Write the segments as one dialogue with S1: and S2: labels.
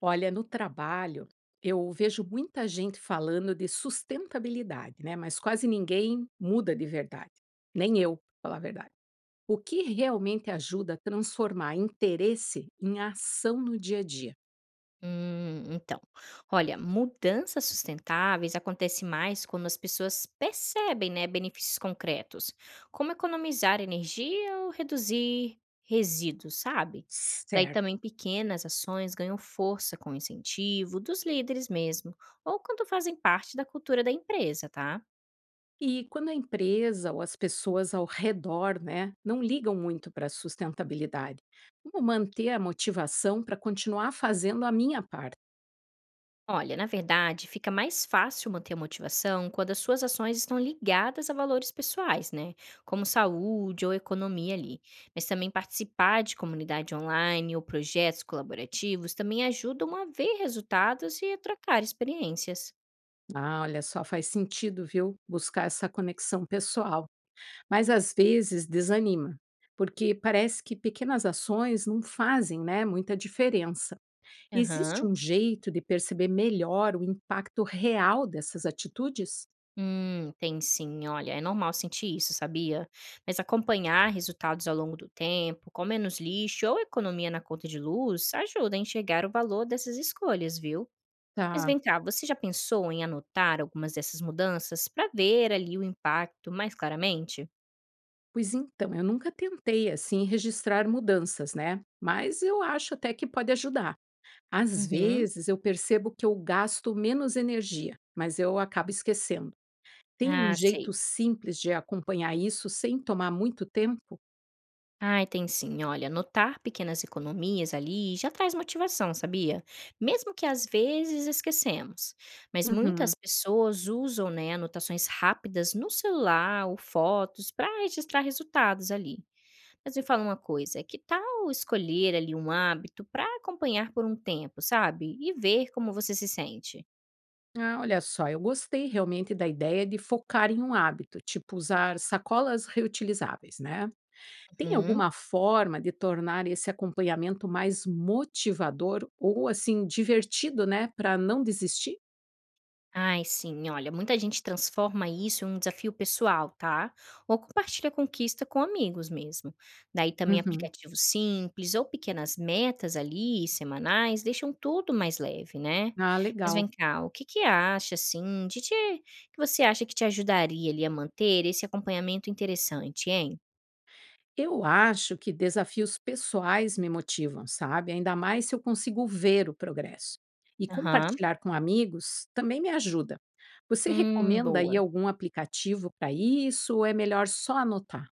S1: Olha, no trabalho, eu vejo muita gente falando de sustentabilidade, né? Mas quase ninguém muda de verdade. Nem eu, pra falar a verdade. O que realmente ajuda a transformar interesse em ação no dia a dia?
S2: Então, olha, mudanças sustentáveis acontecem mais quando as pessoas percebem, né, benefícios concretos, como economizar energia ou reduzir resíduos, sabe? Daí também
S1: Certo.
S2: pequenas ações ganham força com incentivo dos líderes mesmo, ou quando fazem parte da cultura da empresa, tá?
S1: E quando a empresa ou as pessoas ao redor, né, não ligam muito para a sustentabilidade, como manter a motivação para continuar fazendo a minha parte?
S2: Olha, na verdade, fica mais fácil manter a motivação quando as suas ações estão ligadas a valores pessoais, né? Como saúde ou economia ali. Mas também participar de comunidade online ou projetos colaborativos também ajudam a ver resultados e a trocar experiências.
S1: Ah, olha só, faz sentido, viu? Buscar essa conexão pessoal. Mas às vezes desanima, porque parece que pequenas ações não fazem né, muita diferença. Existe
S2: Aham.
S1: um jeito de perceber melhor o impacto real dessas atitudes?
S2: Tem sim. Olha, é normal sentir isso, sabia? Mas acompanhar resultados ao longo do tempo, com menos lixo ou economia na conta de luz, ajuda a enxergar o valor dessas escolhas, viu? Mas
S1: Tá.
S2: vem cá, você já pensou em anotar algumas dessas mudanças para ver ali o impacto mais claramente?
S1: Pois então, eu nunca tentei assim registrar mudanças, né? Mas eu acho até que pode ajudar. Às
S2: Uhum.
S1: vezes eu percebo que eu gasto menos energia, mas eu acabo esquecendo. Tem um
S2: Ah,
S1: jeito
S2: sei.
S1: simples de acompanhar isso sem tomar muito tempo?
S2: Ai, tem sim. Olha, anotar pequenas economias ali já traz motivação, sabia? Mesmo que às vezes esquecemos. Mas
S1: Uhum.
S2: muitas pessoas usam, né, anotações rápidas no celular ou fotos para registrar resultados ali. Mas me fala uma coisa, que tal escolher ali um hábito para acompanhar por um tempo, sabe? E ver como você se sente?
S1: Ah, olha só, eu gostei realmente da ideia de focar em um hábito, tipo usar sacolas reutilizáveis, né? Tem
S2: Hum.
S1: alguma forma de tornar esse acompanhamento mais motivador ou assim divertido, né, para não desistir?
S2: Ai, sim, olha, muita gente transforma isso em um desafio pessoal, tá? Ou compartilha a conquista com amigos mesmo. Daí também
S1: Uhum.
S2: aplicativos simples ou pequenas metas ali, semanais, deixam tudo mais leve, né?
S1: Ah,
S2: Mas
S1: legal.
S2: vem cá, o que que acha, assim, que você acha que te ajudaria ali a manter esse acompanhamento interessante, hein?
S1: Eu acho que desafios pessoais me motivam, sabe? Ainda mais se eu consigo ver o progresso. E
S2: Aham.
S1: compartilhar com amigos também me ajuda. Você recomenda aí
S2: Boa.
S1: algum aplicativo para isso ou é melhor só anotar?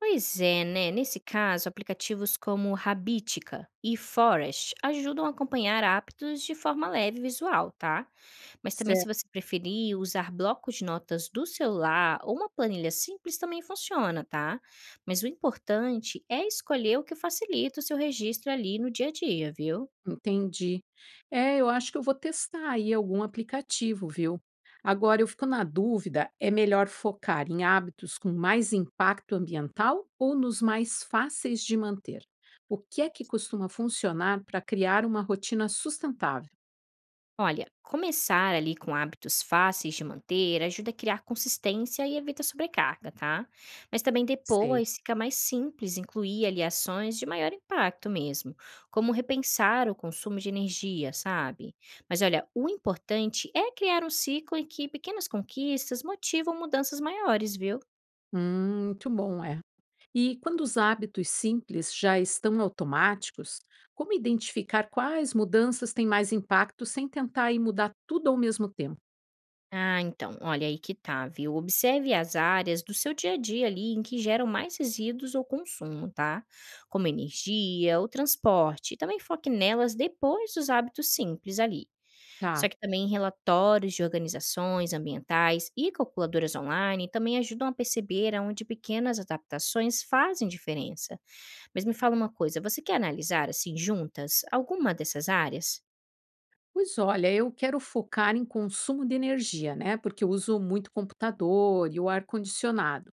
S2: Pois é, né? Nesse caso, aplicativos como Habitica e Forest ajudam a acompanhar hábitos de forma leve e visual, tá? Mas também,
S1: Certo,
S2: se você preferir usar blocos de notas do celular ou uma planilha simples, também funciona, tá? Mas o importante é escolher o que facilita o seu registro ali no dia a dia, viu?
S1: entendi. É, eu acho que eu vou testar aí algum aplicativo, viu? Agora eu fico na dúvida, é melhor focar em hábitos com mais impacto ambiental ou nos mais fáceis de manter? O que é que costuma funcionar para criar uma rotina sustentável?
S2: Olha, começar ali com hábitos fáceis de manter ajuda a criar consistência e evita sobrecarga, tá? Mas também
S1: Sei.
S2: depois fica mais simples incluir ali ações de maior impacto mesmo, como repensar o consumo de energia, sabe? Mas olha, o importante é criar um ciclo em que pequenas conquistas motivam mudanças maiores, viu?
S1: Muito bom, é. E quando os hábitos simples já estão automáticos, como identificar quais mudanças têm mais impacto sem tentar aí mudar tudo ao mesmo tempo?
S2: Ah, então, olha aí que tá, viu? Observe as áreas do seu dia a dia ali em que geram mais resíduos ou consumo, tá? Como energia, o transporte. E também foque nelas depois dos hábitos simples ali.
S1: Tá.
S2: Só que também relatórios de organizações ambientais e calculadoras online também ajudam a perceber aonde pequenas adaptações fazem diferença. Mas me fala uma coisa, você quer analisar assim juntas alguma dessas áreas?
S1: Pois olha, eu quero focar em consumo de energia, né? Porque eu uso muito computador e o ar-condicionado.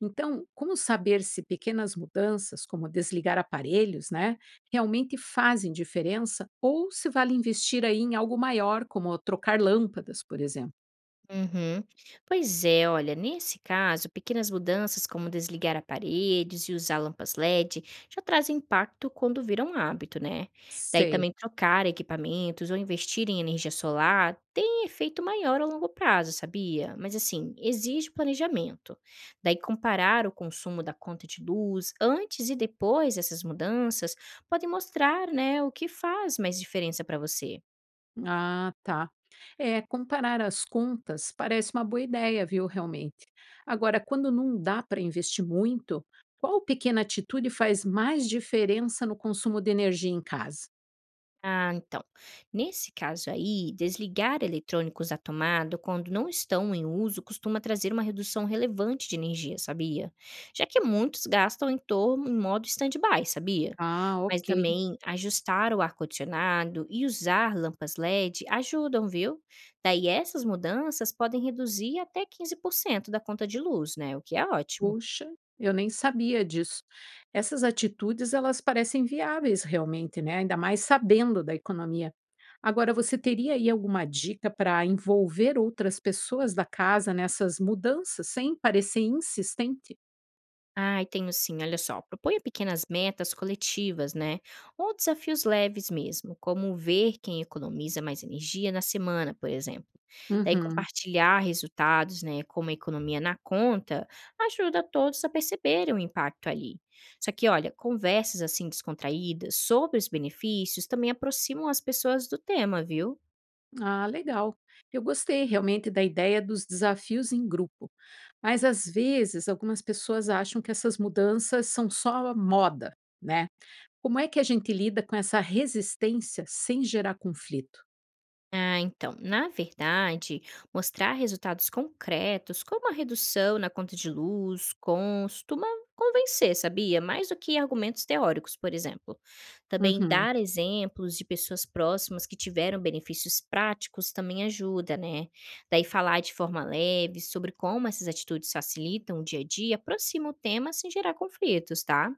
S1: Então, como saber se pequenas mudanças, como desligar aparelhos, né, realmente fazem diferença ou se vale investir aí em algo maior, como trocar lâmpadas, por exemplo?
S2: Uhum. Pois é, olha, nesse caso, pequenas mudanças como desligar aparelhos e usar lâmpadas LED já trazem impacto quando viram um hábito, né? Daí
S1: Sei.
S2: também trocar equipamentos ou investir em energia solar tem efeito maior a longo prazo, sabia? Mas assim, exige planejamento. Daí comparar o consumo da conta de luz antes e depois dessas mudanças pode mostrar, né, o que faz mais diferença para você.
S1: Ah, tá. É, comparar as contas parece uma boa ideia, viu, realmente. Agora, quando não dá para investir muito, qual pequena atitude faz mais diferença no consumo de energia em casa?
S2: Ah, então. Nesse caso aí, desligar eletrônicos da tomada quando não estão em uso costuma trazer uma redução relevante de energia, sabia? Já que muitos gastam em torno em modo stand-by, sabia?
S1: Ah,
S2: Mas
S1: ok.
S2: também ajustar o ar-condicionado e usar lâmpadas LED ajudam, viu? Daí essas mudanças podem reduzir até 15% da conta de luz, né? O que é ótimo.
S1: Puxa, eu nem sabia disso. Essas atitudes, elas parecem viáveis realmente, né? Ainda mais sabendo da economia. Agora, você teria aí alguma dica para envolver outras pessoas da casa nessas mudanças sem parecer insistente?
S2: Ai, tenho sim, olha só. Proponha pequenas metas coletivas, né? Ou desafios leves mesmo, como ver quem economiza mais energia na semana, por exemplo. Daí,
S1: Uhum.
S2: compartilhar resultados, né? Como a economia na conta, ajuda todos a perceberem o impacto ali. Só que, olha, conversas assim descontraídas sobre os benefícios também aproximam as pessoas do tema, viu?
S1: Ah, legal. Eu gostei realmente da ideia dos desafios em grupo, mas às vezes algumas pessoas acham que essas mudanças são só a moda, né? Como é que a gente lida com essa resistência sem gerar conflito?
S2: Ah, então, na verdade, mostrar resultados concretos, como a redução na conta de luz, costuma convencer, sabia? Mais do que argumentos teóricos, por exemplo. Também
S1: Uhum.
S2: dar exemplos de pessoas próximas que tiveram benefícios práticos também ajuda, né? Daí falar de forma leve sobre como essas atitudes facilitam o dia a dia, aproxima o tema sem gerar conflitos, tá?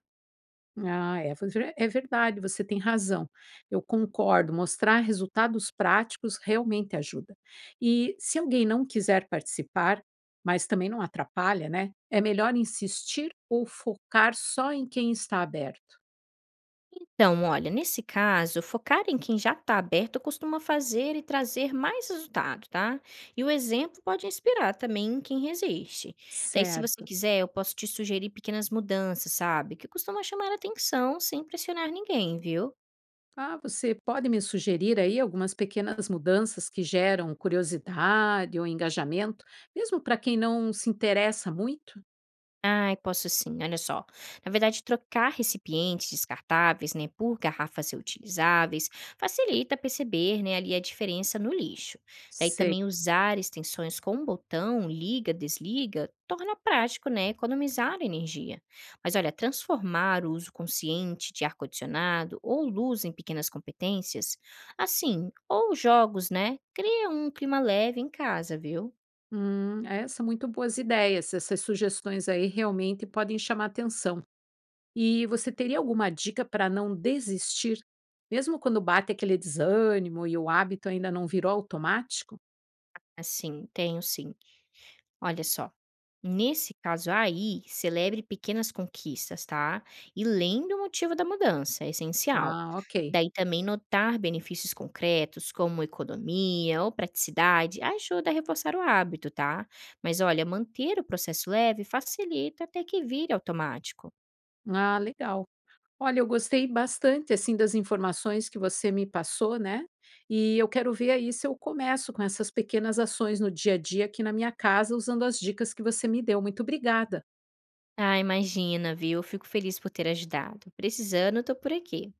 S1: Ah, é, é verdade, você tem razão. Eu concordo, mostrar resultados práticos realmente ajuda. E se alguém não quiser participar, mas também não atrapalha, né? É melhor insistir ou focar só em quem está aberto.
S2: Então, olha, nesse caso, focar em quem já está aberto costuma fazer e trazer mais resultado, tá? E o exemplo pode inspirar também em quem resiste. Daí, se você
S1: Certo.
S2: quiser, eu posso te sugerir pequenas mudanças, sabe? Que costuma chamar a atenção sem pressionar ninguém, viu?
S1: Ah, você pode me sugerir aí algumas pequenas mudanças que geram curiosidade ou engajamento, mesmo para quem não se interessa muito?
S2: Ai, posso sim, olha só. Na verdade, trocar recipientes descartáveis, né, por garrafas reutilizáveis, facilita perceber, né, ali a diferença no lixo. Daí
S1: Sei.
S2: também usar extensões com um botão, liga, desliga, torna prático, né, economizar energia. Mas olha, transformar o uso consciente de ar-condicionado ou luz em pequenas competências, assim, ou jogos, né, cria um clima leve em casa, viu?
S1: É, são muito boas ideias. Essas sugestões aí realmente podem chamar atenção. E você teria alguma dica para não desistir, mesmo quando bate aquele desânimo e o hábito ainda não virou automático?
S2: Assim, tenho sim. Olha só, nesse caso aí, celebre pequenas conquistas, tá? E lembre o motivo da mudança, é essencial.
S1: Ah, ok.
S2: Daí também notar benefícios concretos, como economia ou praticidade, ajuda a reforçar o hábito, tá? Mas olha, manter o processo leve facilita até que vire automático.
S1: Ah, legal. Olha, eu gostei bastante, assim, das informações que você me passou, né, e eu quero ver aí se eu começo com essas pequenas ações no dia a dia aqui na minha casa usando as dicas que você me deu. Muito obrigada.
S2: Ah, imagina, viu? Fico feliz por ter ajudado. Precisando, tô por aqui.